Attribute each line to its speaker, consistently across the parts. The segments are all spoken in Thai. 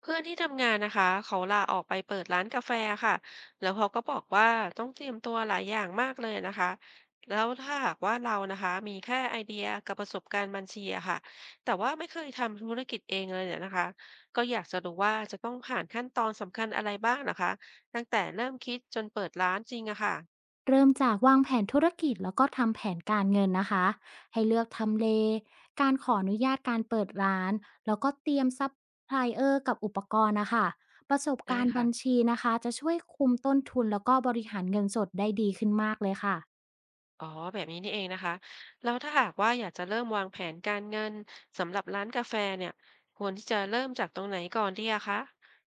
Speaker 1: เพื่อนที่ทำงานนะคะเขาลาออกไปเปิดร้านกาแฟค่ะแล้วเขาก็บอกว่าต้องเตรียมตัวหลายอย่างมากเลยนะคะแล้วถ้าหากว่าเรานะคะมีแค่ไอเดียกับประสบการณ์บัญชีอะค่ะแต่ว่าไม่เคยทำธุรกิจเองเลยเนี่ยนะคะก็อยากจะรู้ว่าจะต้องผ่านขั้นตอนสำคัญอะไรบ้างนะคะตั้งแต่เริ่มคิดจนเปิดร้านจริงอะค่ะ
Speaker 2: เริ่มจากวางแผนธุรกิจแล้วก็ทำแผนการเงินนะคะให้เลือกทำเลการขออนุญาตการเปิดร้านแล้วก็เตรียมซัพพลายเออร์กับอุปกรณ์นะคะประสบ
Speaker 1: ได้
Speaker 2: การณ์
Speaker 1: ค่ะ
Speaker 2: บัญชีนะคะจะช่วยคุมต้นทุนแล้วก็บริหารเงินสดได้ดีขึ้นมากเลยค่ะ
Speaker 1: อ๋อแบบนี้นี่เองนะคะแล้วถ้าหากว่าอยากจะเริ่มวางแผนการเงินสำหรับร้านกาแฟเนี่ยควรที่จะเริ่มจากตรงไหนก่อนดีอะคะ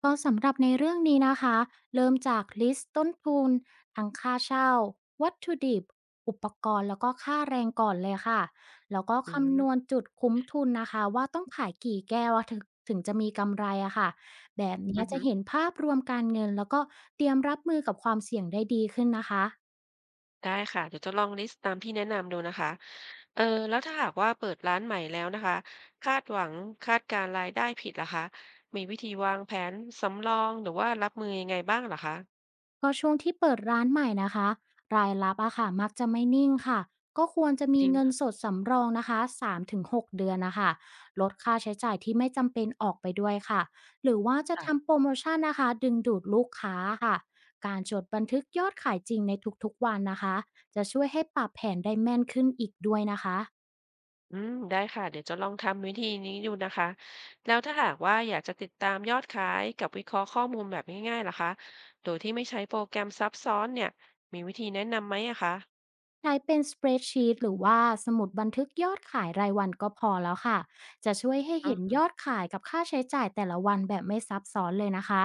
Speaker 2: ก็สำหรับในเรื่องนี้นะคะเริ่มจากลิสต์ต้นทุนทั้งค่าเช่าวัตถุดิบอุปกรณ์แล้วก็ค่าแรงก่อนเลยค่ะแล้วก็
Speaker 1: อื
Speaker 2: คำน
Speaker 1: ม
Speaker 2: วณจุดคุ้มทุนนะคะว่าต้องขายกี่แก้วถึงจะมีกำไรอะค่ะแบบนี้
Speaker 1: อือ
Speaker 2: จะ
Speaker 1: ฮึ
Speaker 2: เห็นภาพรวมการเงินแล้วก็เตรียมรับมือกับความเสี่ยงได้ดีขึ้นนะคะ
Speaker 1: ได้ค่ะ เดี๋ยวจะลองลิสต์ตามที่แนะนำดูนะคะ เออแล้วถ้าหากว่าเปิดร้านใหม่แล้วนะคะคาดหวังคาดการณ์รายได้ผิดล่ะคะมีวิธีวางแผนสำรองหรือว่ารับมือยังไงบ้างเหรอคะ
Speaker 2: ก็ช่วงที่เปิดร้านใหม่นะคะรายรับอะค่ะมักจะไม่นิ่งค่ะก็ควรจะ
Speaker 1: จ
Speaker 2: มี
Speaker 1: ริง
Speaker 2: เงิน
Speaker 1: ค่ะ
Speaker 2: สดสำรองนะคะ3-6เดือนนะคะลดค่าใช้จ่ายที่ไม่จำเป็นออกไปด้วยค่ะหรือว่าจะทำโป
Speaker 1: ค่ะ
Speaker 2: รโมชั่นนะคะดึงดูดลูกค้าค่ะการจดบันทึกยอดขายจริงในทุกๆวันนะคะจะช่วยให้ปรับแผนได้แม่นขึ้นอีกด้วยนะคะ
Speaker 1: อืมได้ค่ะเดี๋ยวจะลองทำวิธีนี้ดูนะคะ แล้วถ้าหากว่าอยากจะติดตามยอดขายกับวิเคราะห์ข้อมูลแบบง่ายๆล่ะคะโดยที่ไม่ใช้โปรแกรมซับซ้อนเนี่ยมีวิธีแนะนำไหมอะคะ
Speaker 2: ใช้เป็น Spreadsheet หรือว่าสมุดบันทึกยอดขายรายวันก็พอแล้วค่ะจะช่วยให้เห็น
Speaker 1: อา
Speaker 2: ยอดขายกับค่าใช้จ่ายแต่ละวันแบบไม่ซับซ้อนเลยนะคะ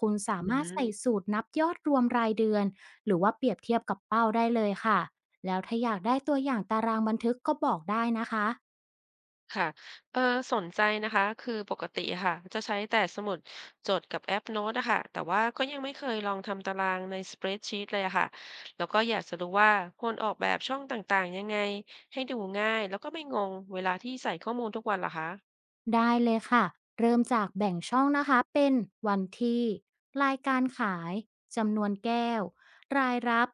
Speaker 2: คุณสา
Speaker 1: อื
Speaker 2: มารถใส่
Speaker 1: ม
Speaker 2: สูตรนับยอดรวมรายเดือนหรือว่าเปรียบเทียบกับเป้าได้เลยค่ะแล้วถ้าอยากได้ตัวอย่างตารางบันทึกก็บอกได้นะคะ
Speaker 1: ค่ะเออสนใจนะคะ คือปกติอะค่ะจะใช้แต่สมุดจดกับแอปโน้ตอะค่ะแต่ว่าก็ยังไม่เคยลองทำตารางใน spreadsheet เปรดชีตเลยอะค่ะ แล้วก็อยากจะรู้ว่าควรออกแบบช่องต่างๆยังไงให้ดูง่ายแล้วก็ไม่งงเวลาที่ใส่ข้อมูลทุกวันเหรอคะ
Speaker 2: ได้เลยค่ะเริ่มจากแบ่งช่องนะคะเป็นวันที่รายการขายจำนวนแก้วรายรับ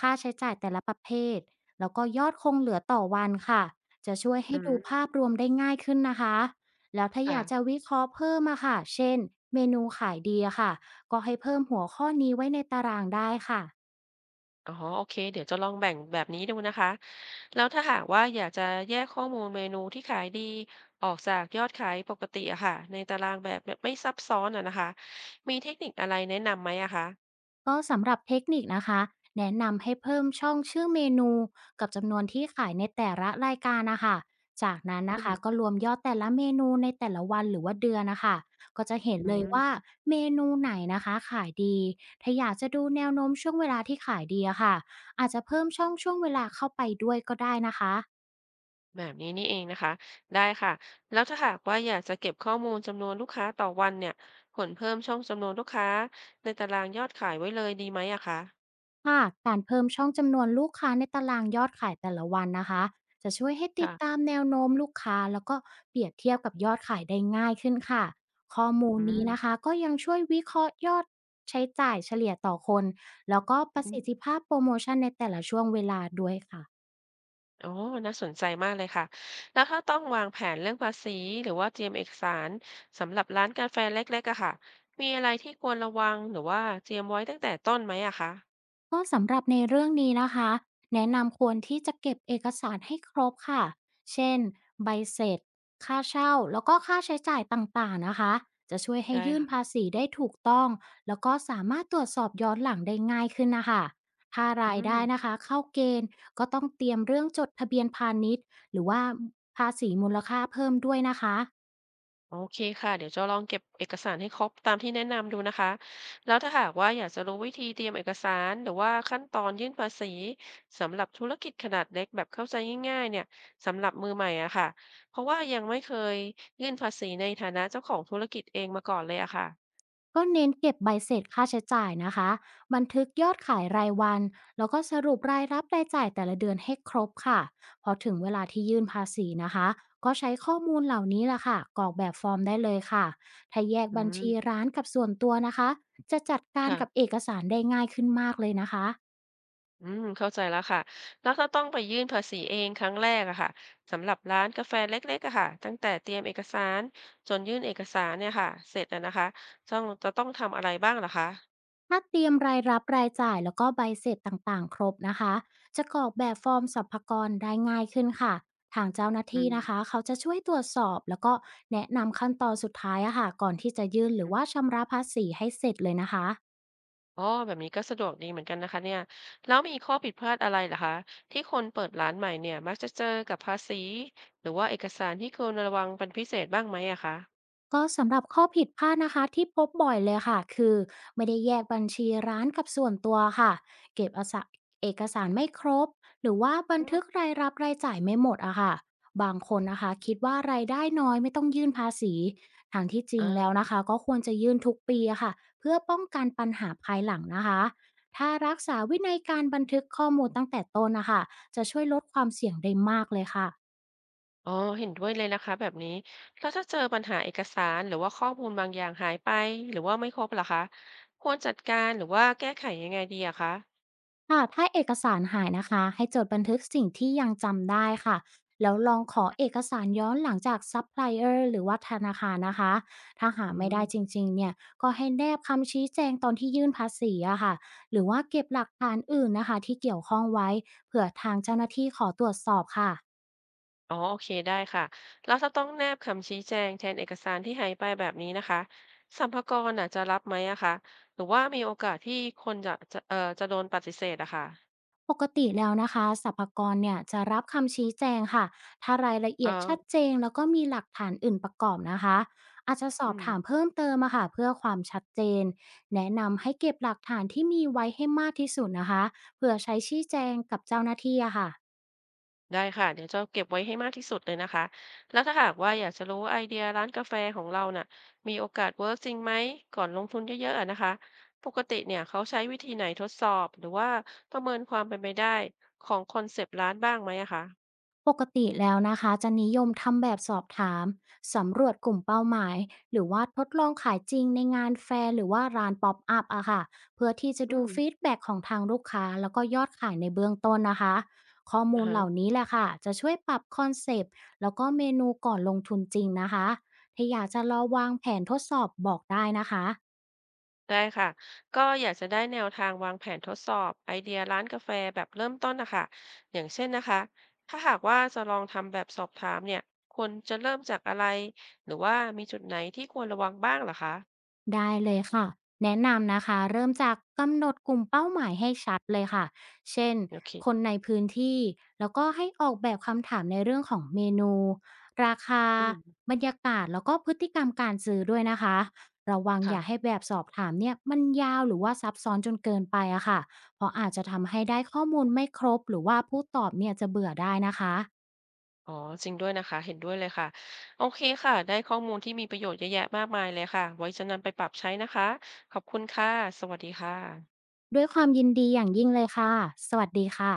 Speaker 2: ค่าใช้จ่ายแต่ละประเภทแล้วก็ยอดคงเหลือต่อวันค่ะจะช่วย
Speaker 1: อื
Speaker 2: ให้ดู
Speaker 1: ม
Speaker 2: ภาพรวมได้ง่ายขึ้นนะคะแล้วถ้าอ
Speaker 1: ค่ะ
Speaker 2: ยากจะวิเคราะห์เพิ่มอะค่ะเช่นเมนูขายดีอะค่ะก็ให้เพิ่มหัวข้อนี้ไว้ในตารางได้ค่ะ
Speaker 1: อ๋อโอเค เดี๋ยวจะลองแบ่งแบบนี้ดูนะคะ แล้วถ้าหากว่าอยากจะแยกข้อมูลเมนูที่ขายดีออกจากยอดขายปกติอะค่ะในตารางแบบไม่ซับซ้อนอะนะคะมีเทคนิคอะไรแนะนำไหมอะคะ
Speaker 2: ก็สำหรับเทคนิคนะคะแนะนำให้เพิ่มช่องชื่อเมนูกับจำนวนที่ขายในแต่ละรายการนะคะจากนั้น
Speaker 1: อื
Speaker 2: นะคะ
Speaker 1: ม
Speaker 2: ก็รวมยอดแต่ละเมนูในแต่ละวันหรือว่าเดือนนะคะก็จะเห็น
Speaker 1: อื
Speaker 2: เลย
Speaker 1: ม
Speaker 2: ว่าเมนูไหนนะคะขายดีถ้าอยากจะดูแนวโน้มช่วงเวลาที่ขายดีอะค่ะอาจจะเพิ่มช่องช่วงเวลาเข้าไปด้วยก็ได้นะคะ
Speaker 1: แบบนี้นี่เองนะคะได้ค่ะแล้วถ้าหากว่าอยากจะเก็บข้อมูลจำนวนลูกค้าต่อวันเนี่ยควรเพิ่มช่องจำนวนลูกค้าในตารางยอดขายไว้เลยดีไหมอะคะ
Speaker 2: ค่ะการเพิ่มช่องจำนวนลูกค้าในตารางยอดขายแต่ละวันนะคะจะช่วยให้ติด
Speaker 1: ค่ะ
Speaker 2: ตามแนวโน้มลูกค้าแล้วก็เปรียบเทียบกับยอดขายได้ง่ายขึ้นค่ะข้อมูล
Speaker 1: อื
Speaker 2: นี้
Speaker 1: ม
Speaker 2: นะคะก็ยังช่วยวิเคราะห์ยอดใช้จ่ายเฉลี่ยต่อคนแล้วก็ประ
Speaker 1: อืม
Speaker 2: สิทธิภาพโปรโมชั่นในแต่ละช่วงเวลาด้วยค่ะ
Speaker 1: อ๋อน่าสนใจมากเลยค่ะแล้วถ้าต้องวางแผนเรื่องภาษีหรือว่าเตรียมเอกสารสำหรับร้านกาแฟเล็กๆอะค่ะมีอะไรที่ควรระวังหรือว่าเตรียมไว้ตั้งแต่ต้นไหมอะคะ
Speaker 2: ก็สำหรับในเรื่องนี้นะคะแนะนำควรที่จะเก็บเอกสารให้ครบค่ะเช่นใบเสร็จค่าเช่าแล้วก็ค่าใช้จ่ายต่างๆนะคะจะช่วยให้
Speaker 1: ได้
Speaker 2: ยื่น
Speaker 1: ค่ะ
Speaker 2: ภาษีได้ถูกต้องแล้วก็สามารถตรวจสอบย้อนหลังได้ง่ายขึ้นนะคะถ้า
Speaker 1: อื
Speaker 2: รายได้นะ
Speaker 1: ม
Speaker 2: คะเข้าเกณฑ์ก็ต้องเตรียมเรื่องจดทะเบียนพาณิชย์หรือว่าภาษีมูลค่าเพิ่มด้วยนะคะ
Speaker 1: โอเคค่ะเดี๋ยวจะลองเก็บเอกสารให้ครบตามที่แนะนำดูนะคะแล้วถ้าหากว่าอยากจะรู้วิธีเตรียมเอกสารหรือว่าขั้นตอนยื่นภาษีสำหรับธุรกิจขนาดเล็กแบบเข้าใจง่ายๆเนี่ยสำหรับมือใหม่อะค่ะเพราะว่ายังไม่เคยยื่นภาษีในฐานะเจ้าของธุรกิจเองมาก่อนเลยอะค่ะ
Speaker 2: ก็เน้นเก็บใบเสร็จค่าใช้จ่ายนะคะบันทึกยอดขายรายวันแล้วก็สรุปรายรับรายจ่ายแต่ละเดือนให้ครบค่ะพอถึงเวลาที่ยื่นภาษีนะคะก็ใช้ข้อมูลเหล่านี้ล่ะค่ะกรอกแบบฟอร์มได้เลยค่ะถ้าแยก
Speaker 1: อื
Speaker 2: บัญชี
Speaker 1: ม
Speaker 2: ร้านกับส่วนตัวนะคะจะจัดการกับ
Speaker 1: ค่ะ
Speaker 2: เอกสารได้ง่ายขึ้นมากเลยนะคะ
Speaker 1: อืมเข้าใจแล้วค่ะ แล้วถ้าต้องไปยื่นภาษีเองครั้งแรกอะค่ะสำหรับร้านกาแฟเล็กๆอะค่ะตั้งแต่เตรียมเอกสารจนยื่นเอกสารเนี่ยค่ะเสร็จอะนะคะต้องจะต้องทำอะไรบ้างเหรอคะ
Speaker 2: ถ้าเตรียมรายรับรายจ่ายแล้วก็ใบเสร็จต่างๆ ครบนะคะ จะกรอกแบบฟอร์มสรรพากรได้ง่ายขึ้นค่ะทางเจ้าหน้า
Speaker 1: อื
Speaker 2: ที่
Speaker 1: ม
Speaker 2: นะคะเขาจะช่วยตรวจสอบแล้วก็แนะนำขั้นตอนสุดท้ายอะค่ะก่อนที่จะยื่นหรื
Speaker 1: อื
Speaker 2: อว่า
Speaker 1: ม
Speaker 2: ชำระภาษีให้เสร็จเลยนะคะ
Speaker 1: อ๋อแบบนี้ก็สะดวกดีเหมือนกันนะคะเนี่ยแล้วมีข้อผิดพลาดอะไรเหรอคะที่คนเปิดร้านใหม่เนี่ยมักจะเจอกับภาษีหรือว่าเอกสารที่ควรระวังเป็นพิเศษบ้างไหมอะคะ
Speaker 2: ก็สำหรับข้อผิดพลาดนะคะที่พบบ่อยเลยค่ะคือไม่ได้แยกบัญชีร้านกับส่วนตัวค่ะเก็บอาสะเอกสารไม่ครบหรือว่าบัน
Speaker 1: อื
Speaker 2: ทึก
Speaker 1: ม
Speaker 2: รายรับรายจ่ายไม่หมดอะค่ะบางคนนะคะคิดว่ารายได้น้อยไม่ต้องยื่นภาษีทางที่จริงแล้ว
Speaker 1: อ่า
Speaker 2: นะคะก็ควรจะยื่นทุกปีอะค่ะเพื่อป้องกันปัญหาภายหลังนะคะถ้ารักษาวินัยการบันทึกข้อมูลตั้งแต่ต้นนะคะจะช่วยลดความเสี่ยงได้มากเลยค่ะ
Speaker 1: อ๋อเห็นด้วยเลยนะคะแบบนี้แล้วถ้าเจอปัญหาเอกสารหรือว่าข้อมูลบางอย่างหายไปหรือว่าไม่ครบล่ะคะควรจัดการหรือว่าแก้ไขยังไงดีอะคะ
Speaker 2: ค่ะถ้าเอกสารหายนะคะให้จดบันทึกสิ่งที่ยังจำได้ค่ะแล้วลองขอเอกสารย้อนหลังจากซัพพลายเออร์หรือว่าธนาคารนะคะถ้าหา
Speaker 1: อื
Speaker 2: ไม่
Speaker 1: ม
Speaker 2: ได้จริงๆเนี่ยก็ให้แนบคำชี้แจงตอนที่ยื่นภาษีอะค่ะหรือว่าเก็บหลักฐานอื่นนะคะที่เกี่ยวข้องไว้เผื่อทางเจ้าหน้าที่ขอตรวจสอบค่ะ
Speaker 1: อ๋อโอเคได้ค่ะแล้วถ้าต้องแนบคำชี้แจงแทนเอกสารที่หายไปแบบนี้นะคะสรรพากรน่ะจะรับไหมอะคะหรือว่ามีโอกาสที่คนจะจะโดนปฏิเสธอะค่ะ
Speaker 2: ปกติแล้วนะคะสรรพากรเนี่ยจะรับคำชี้แจงค่ะ ถ้ารายละ
Speaker 1: เอ่
Speaker 2: เอี
Speaker 1: อ
Speaker 2: ยดชัดเจนแล้วก็มีหลักฐานอื่นประกอบนะคะ อาจจะสอ
Speaker 1: อื
Speaker 2: บ
Speaker 1: ม
Speaker 2: ถามเพิ่มเติมอะค่ะเพื่อความชัดเจน แนะนำให้เก็บหลักฐานที่มีไว้ให้มากที่สุดนะคะเพื่อใช้ชี้แจงกับเจ้าหน้าที่อะค่ะ
Speaker 1: ได้ค่ะเดี๋ยวจะเก็บไว้ให้มากที่สุดเลยนะคะแล้วถ้าหากว่าอยากจะรู้ไอเดียร้านกาแฟของเราน่ะมีโอกาสเวิร์กจริงไหมก่อนลงทุนเยอะๆอะนะคะปกติเนี่ยเขาใช้วิธีไหนทดสอบหรือว่าประเมินความเป็นไปได้ของคอนเซปต์ร้านบ้างไหมอะคะ
Speaker 2: ปกติแล้วนะคะจะนิยมทำแบบสอบถามสำรวจกลุ่มเป้าหมายหรือว่าทดลองขายจริงในงานแฟร์หรือว่าร้านป๊อปอัพอะค่ะเพื่อที่จะ
Speaker 1: อื
Speaker 2: ดู
Speaker 1: ม
Speaker 2: ฟีดแบ็ของทางลูกค้าแล้วก็ยอดขายในเบื้องต้นนะคะข้อ
Speaker 1: อ่า
Speaker 2: มูล
Speaker 1: ฮะ
Speaker 2: เหล่านี้แหละค่ะจะช่วยปรับคอนเซปต์แล้วก็เมนูก่อนลงทุนจริงนะคะถ้าอยากจะลองวางแผนทดสอบบอกได้นะคะ
Speaker 1: ได้ค่ะก็อยากจะได้แนวทางวางแผนทดสอบไอเดียร้านกาแฟแบบเริ่มต้นนะคะอย่างเช่นนะคะถ้าหากว่าจะลองทำแบบสอบถามเนี่ยควรจะเริ่มจากอะไรหรือว่ามีจุดไหนที่ควรระวังบ้างเหรอคะ
Speaker 2: ได้เลยค่ะแนะนำนะคะเริ่มจากกำหนดกลุ่มเป้าหมายให้ชัดเลยค่ะเช่น
Speaker 1: โอเค
Speaker 2: คนในพื้นที่แล้วก็ให้ออกแบบคำถามในเรื่องของเมนูราคา
Speaker 1: อืม
Speaker 2: บรรยากาศแล้วก็พฤติกรรมการซื้อด้วยนะคะระวังอ
Speaker 1: ค่ะ
Speaker 2: ย่าให้แบบสอบถามเนี่ยมันยาวหรือว่าซับซ้อนจนเกินไปอะค่ะเพราะอาจจะทำให้ได้ข้อมูลไม่ครบหรือว่าผู้ตอบเนี่ยจะเบื่อได้นะคะ
Speaker 1: อ๋อ จริงด้วยนะคะ เห็นด้วยเลยค่ะ โอเคค่ะ ได้ข้อมูลที่มีประโยชน์เยอะแยะมากมายเลยค่ะ ไว้จะนำไปปรับใช้นะคะ ขอบคุณค่ะ สวัสดีค่ะ
Speaker 2: ด้วยความยินดีอย่างยิ่งเลยค่ะสวัสดีค่ะ